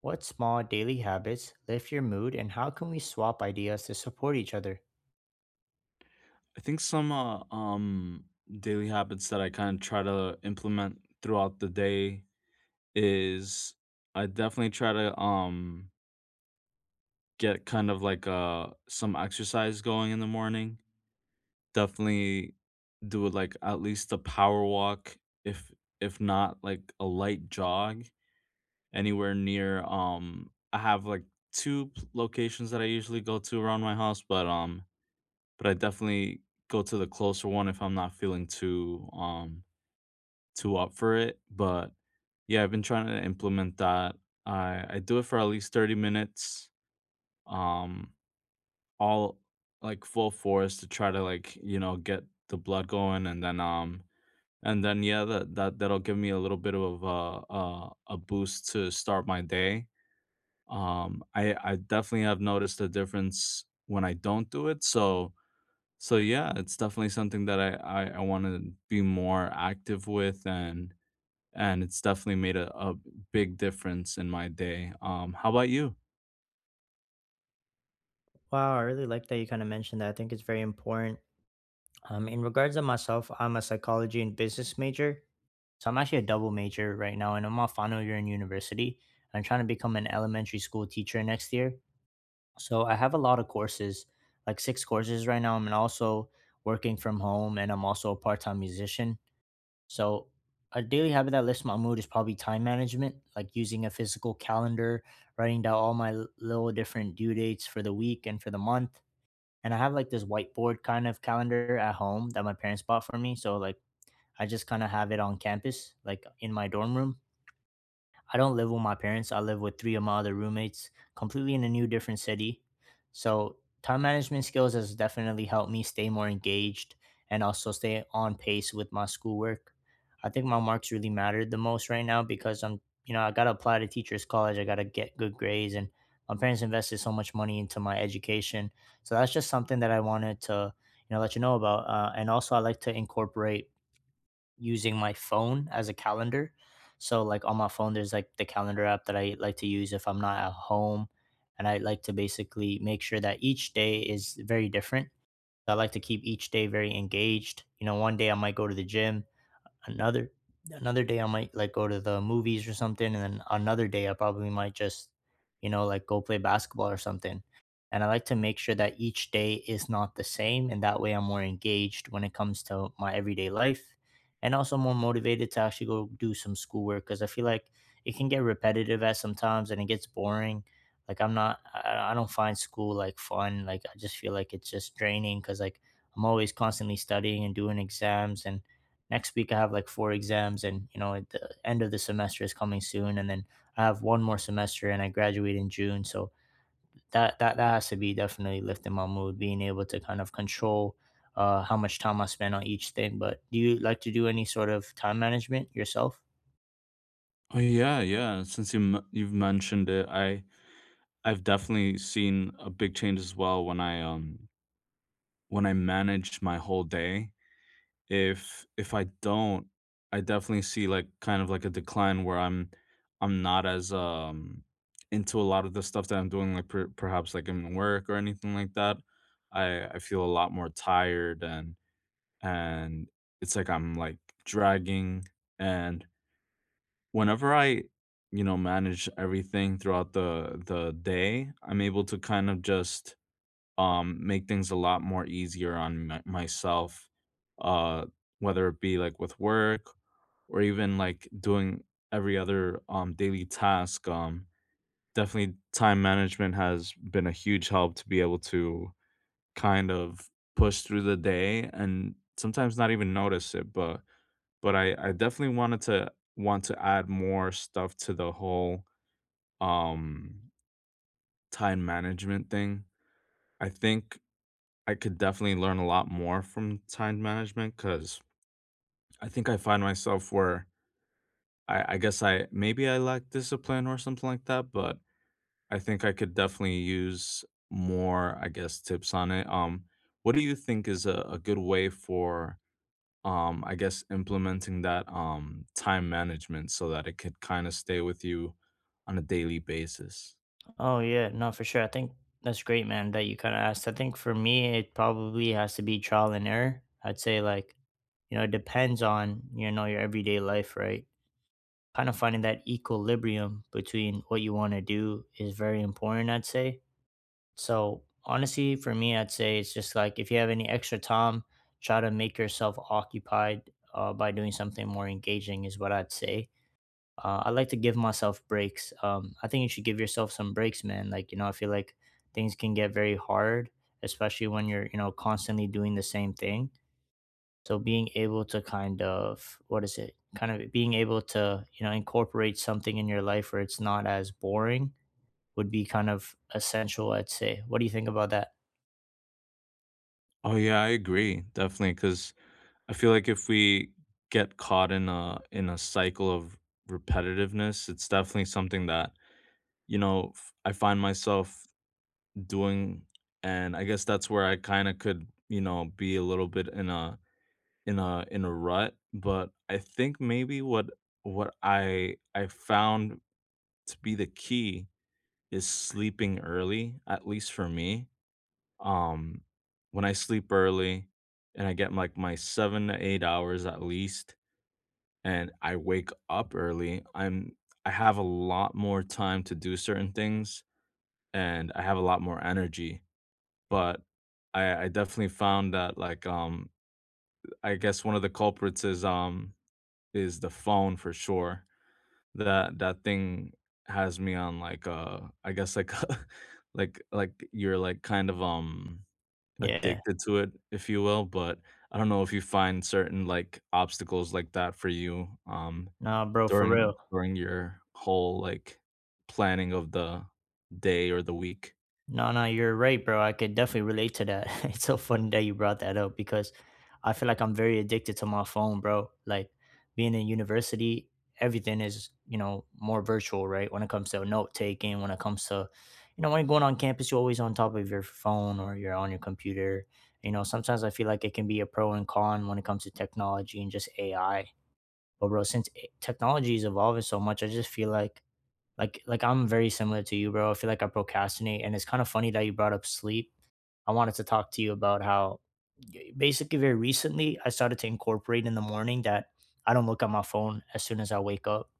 What small daily habits lift your mood, and how can we swap ideas to support each other? I think some daily habits that I kind of try to implement throughout the day is I definitely try to get kind of like some exercise going in the morning. Definitely do like at least a power walk if if not like a light jog anywhere near I have like locations that I usually go to around my house but but I definitely go to the closer one if I'm not feeling too too up for it. But yeah, I've been trying to implement that. I do it for at least 30 minutes, um, all like full force to try to like, get the blood going and then and then yeah, that'll give me a little bit of a boost to start my day. I definitely have noticed a difference when I don't do it. So so yeah, it's definitely something that I want to be more active with and it's definitely made a big difference in my day. How about you? Wow, I really like that you kind of mentioned that. I think it's very important. In regards to myself, I'm a psychology and business major. So I'm actually a double major right now, and I'm my final year in university. I'm trying to become an elementary school teacher next year. So I have a lot of courses, like six courses right now. I'm also working from home, and I'm also a part-time musician. So, a daily habit that lifts my mood is probably time management, like using a physical calendar, writing down all my little different due dates for the week and for the month. And I have like this whiteboard kind of calendar at home that my parents bought for me. So, like, I just kind of have it on campus, like in my dorm room. I don't live with my parents. I live with three of my other roommates, completely in a new, different city. So, time management skills has definitely helped me stay more engaged and also stay on pace with my schoolwork. I think my marks really mattered the most right now because, I'm, you know, I got to apply to teachers' college. I got to get good grades. And my parents invested so much money into my education. So that's just something that I wanted to, you know, let you know about. And also, I like to incorporate using my phone as a calendar. So like on my phone, there's like the calendar app that I like to use if I'm not at home, and I like to basically make sure that each day is very different. I like to keep each day very engaged. You know, one day I might go to the gym, another another day I might like go to the movies or something, and then another day I probably might just, you know, like go play basketball or something. And I like to make sure that each day is not the same, and that way I'm more engaged when it comes to my everyday life, and also more motivated to actually go do some schoolwork because I feel like it can get repetitive at sometimes and it gets boring. I don't find school like fun. Like I just feel like it's just draining because like I'm always constantly studying and doing exams, and next week I have like four exams, and, you know, at the end of the semester is coming soon, and then I have one more semester, and I graduate in June. So that has to be definitely lifting my mood, being able to kind of control how much time I spend on each thing. But do you like to do any sort of time management yourself? Oh yeah, yeah. Since you've mentioned it, I've definitely seen a big change as well when I when I manage my whole day. If I don't, I definitely see like kind of like a decline where I'm not as into a lot of the stuff that I'm doing, like perhaps like in work or anything like that. I feel a lot more tired and it's like I'm like dragging and whenever manage everything throughout the day, I'm able to kind of just make things a lot more easier on myself uh whether it be like with work or even like doing every other daily task. Definitely time management has been a huge help to be able to kind of push through the day and sometimes not even notice it but I definitely want to add more stuff to the whole, um, time management thing. I think I could definitely learn a lot more from time management because I think I find myself where I guess I maybe I lack discipline or something like that, but I think I could definitely use more, I guess, tips on it. What do you think is a good way for I guess implementing that time management so that it could kind of stay with you on a daily basis? Oh yeah, no, for sure. I think that's great, man, that you kind of asked. I think for me, it probably has to be trial and error. I'd say, like, you know, it depends on, you know, your everyday life, right? Kind of finding that equilibrium between what you want to do is very important, I'd say. So, honestly, for me, I'd say it's just like if you have any extra time, try to make yourself occupied by doing something more engaging, is what I'd say. I like to give myself breaks. I think you should give yourself some breaks, man. Like, you know, I feel like things can get very hard, especially when you're, you know, constantly doing the same thing, so being able to kind of, what is it, kind of being able to, you know, incorporate something in your life where it's not as boring would be kind of essential, I'd say. What do you think about that? Oh yeah, I agree, definitely, because I feel like if we get caught in a cycle of repetitiveness, it's definitely something that, you know, I find myself doing, and I guess that's where I kind of could, you know, be a little bit in a rut. But I think maybe what I found to be the key is sleeping early, at least for me. Um, when I sleep early and I get like my 7 to 8 hours at least, and I wake up early, I have a lot more time to do certain things and I have a lot more energy. But I definitely found that like I guess one of the culprits is the phone for sure. That thing has me on like, I guess like like you're like kind of, Yeah. addicted to it, if you will. But I don't know if you find certain, like, obstacles like that for you, Nah, bro, for real. during during your whole, like, planning of the day or the week. No, no, you're right, bro. I could definitely relate to that. It's so funny that you brought that up because I feel like I'm very addicted to my phone, bro. Like being in university, everything is, you know, more virtual, right? When it comes to note taking, when it comes to, you know, when you're going on campus, you're always on top of your phone or you're on your computer. You know, sometimes I feel like it can be a pro and con when it comes to technology and just AI. But, bro, since technology is evolving so much, I just feel like like I'm very similar to you, bro. I feel like I procrastinate, and it's kind of funny that you brought up sleep. I wanted to talk to you about how basically very recently I started to incorporate in the morning that I don't look at my phone as soon as I wake up.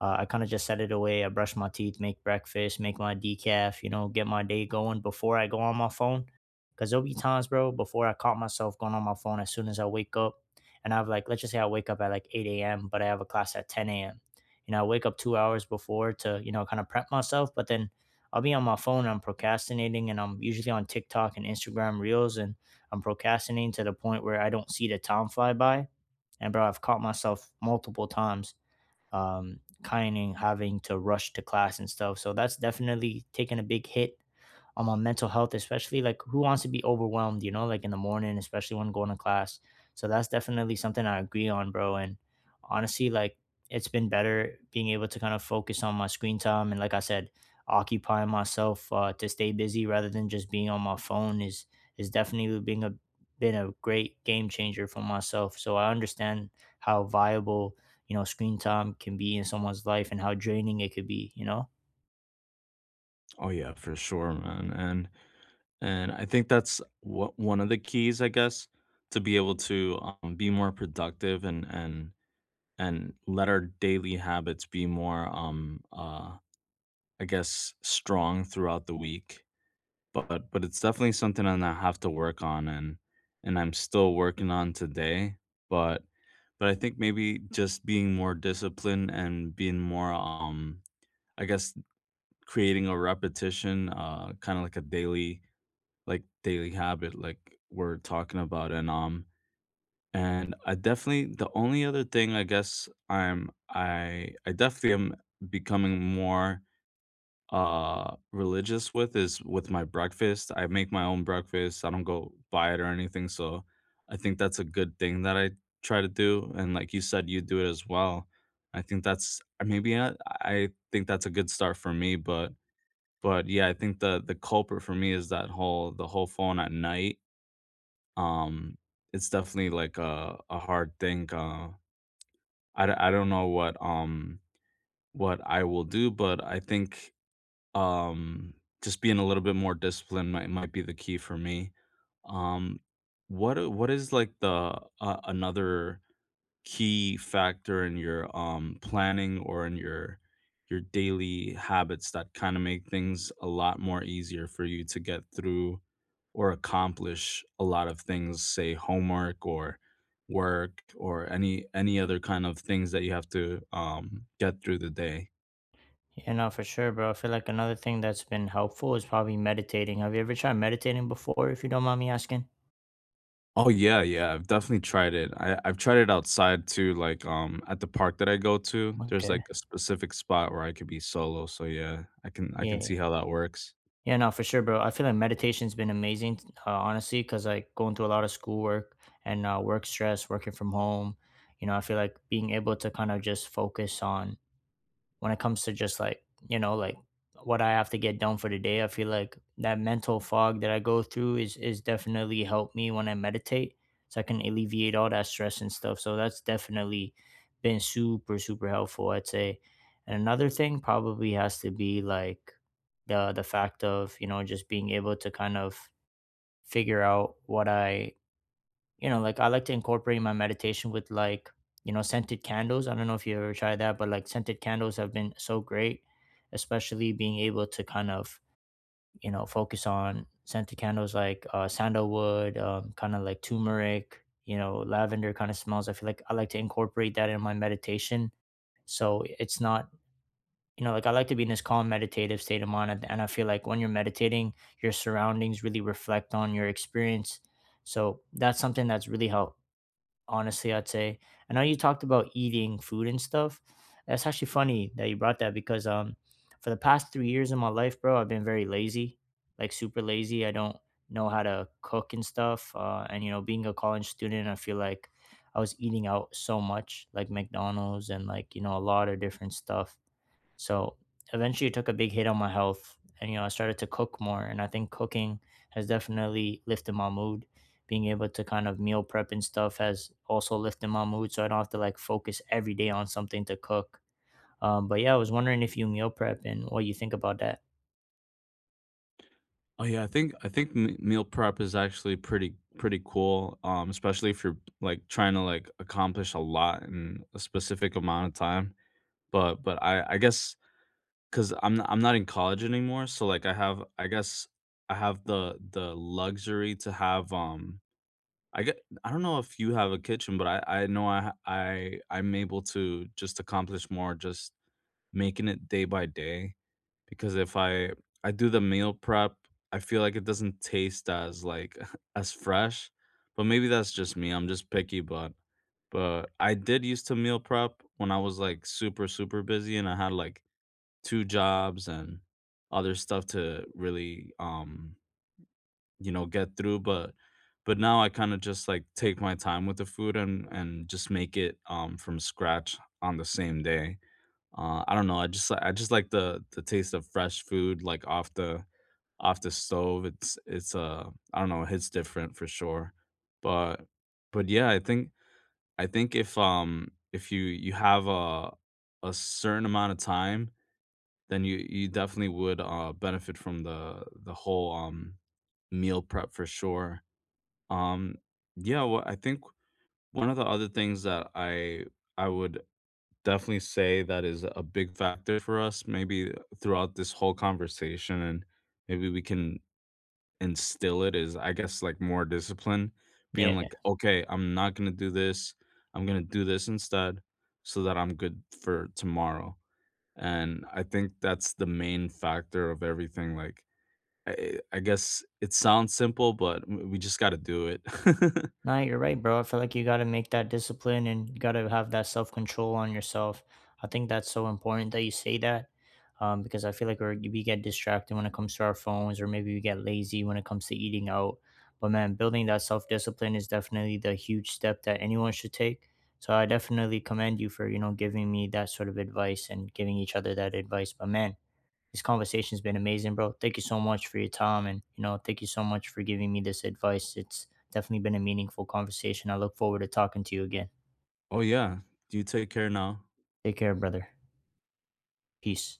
I kind of just set it away. I brush my teeth, make breakfast, make my decaf, you know, get my day going before I go on my phone. Cause there'll be times, bro, before I caught myself going on my phone as soon as I wake up. And I've like, let's just say I wake up at like 8 a.m., but I have a class at 10 a.m. You know, I wake up 2 hours before to, you know, kind of prep myself, but then I'll be on my phone and I'm procrastinating and I'm usually on TikTok and Instagram reels, and I'm procrastinating to the point where I don't see the time fly by. And bro, I've caught myself multiple times kind of having to rush to class and stuff. So that's definitely taken a big hit on mental health, especially like who wants to be overwhelmed, you know, like in the morning, especially when going to class. So that's definitely something I agree on, bro. And honestly, like, it's been better being able to kind of focus on my screen time and, like I said, occupying myself to stay busy rather than just being on my phone is definitely being a been a great game changer for myself. So I understand how viable, you know, screen time can be in someone's life and how draining it could be, you know. Oh, yeah, for sure, man, and I think that's what one of the keys, I guess, to be able to, be more productive and and let our daily habits be more um, I guess strong throughout the week. But it's definitely something that I have to work on and I'm still working on today. But but I think maybe just being more disciplined and being more I guess creating a repetition, kind of like a daily like daily habit like we're talking about. And and I definitely, the only other thing I guess I definitely am becoming more religious with is with my breakfast. I make my own breakfast. I don't go buy it or anything. So I think that's a good thing that I try to do. And like you said, you do it as well. I think that's I think that's a good start for me, but yeah, I think the culprit for me is that whole the whole phone at night, um, it's definitely like a hard thing, I don't know what what I will do, but I think, um, just being a little bit more disciplined might be the key for me. Um, what is like the, another key factor in your, planning or in your daily habits that kinda make things a lot more easier for you to get through or accomplish a lot of things, say homework or work or any other kind of things that you have to, get through the day. Yeah, no, for sure, bro. I feel like another thing that's been helpful is probably meditating. Have you ever tried meditating before, if you don't mind me asking? Oh, yeah, yeah, I've definitely tried it. I've tried it outside too, like, at the park that I go to, there's, Okay. like, a specific spot where I could be solo, so yeah, I can see Yeah. how that works. Yeah, no, for sure, bro. I feel like meditation's been amazing, honestly, because like going through a lot of schoolwork and work stress, working from home, you know, I feel like being able to kind of just focus on when it comes to just like, you know, like what I have to get done for the day, I feel like that mental fog that I go through is definitely helped me when I meditate, so I can alleviate all that stress and stuff. So that's definitely been super super helpful, I'd say. And another thing probably has to be like the fact of, you know, just being able to kind of figure out what I, you know, like I like to incorporate my meditation with, like, you know, scented candles. I don't know if you ever tried that, but like scented candles have been so great, especially being able to kind of, you know, focus on scented candles like sandalwood, kind of like turmeric, you know, lavender kind of smells. I feel like I like to incorporate that in my meditation so it's not, you know, like I like to be in this calm meditative state of mind. And I feel like when you're meditating, your surroundings really reflect on your experience. So that's something that's really helped, honestly, I'd say. I know you talked about eating food and stuff. That's actually funny that you brought that because for the past 3 years of my life, bro, I've been very lazy, like super lazy. I don't know how to cook and stuff. And you know, being a college student, I feel like I was eating out so much, like McDonald's and, like, you know, a lot of different stuff. So eventually it took a big hit on my health. And, you know, I started to cook more. And I think cooking has definitely lifted my mood. Being able to kind of meal prep and stuff has also lifted my mood. So I don't have to like focus every day on something to cook. But yeah, I was wondering if you meal prep and what you think about that. Oh yeah, I think m meal prep is actually pretty cool, especially if you're, like, trying to, like, accomplish a lot in a specific amount of time, but I guess because I 'cause I'm not in college anymore, so, like, I guess I have the luxury to have, I get I don't know if you have a kitchen, but I know I ha I'm able to just accomplish more just making it day by day because if I I do the meal prep, I feel like it doesn't taste as like as fresh, but maybe that's just me. I'm just picky, but I did used to meal prep when I was like super super busy and I had like two jobs and other stuff to really you know get through, but now I kind of just like take my time with the food and just make it from scratch on the same day. I don't know, I just like the taste of fresh food, like, off the stove. It's, I don't know, it hits different for sure, but but, yeah, I think if you you have a certain amount of time, then you definitely would, benefit from the whole, meal prep for sure. Um, yeah, well, I think one of the other things that I would definitely say that is a big factor for us maybe throughout this whole conversation and maybe we can instill it is I guess like more discipline, being Yeah. like, okay, I'm not going to do this, I'm going to do this instead, so that I'm good for tomorrow. And I think that's the main factor of everything. Like, I guess it sounds simple but we just got to do it. No, you're right, bro. I feel like you got to make that discipline and you got to have that self control on yourself. I think that's so important that you say that, because I feel like we get distracted when it comes to our phones, or maybe we get lazy when it comes to eating out. But man, building that self discipline is definitely the huge step that anyone should take. So I definitely commend you for, you know, giving me that sort of advice and giving each other that advice. But man, this conversation's been amazing, bro. Thank you so much for your time, and you know, thank you so much for giving me this advice. It's definitely been a meaningful conversation. I look forward to talking to you again. Oh yeah, do you take care now. Take care, brother. Peace.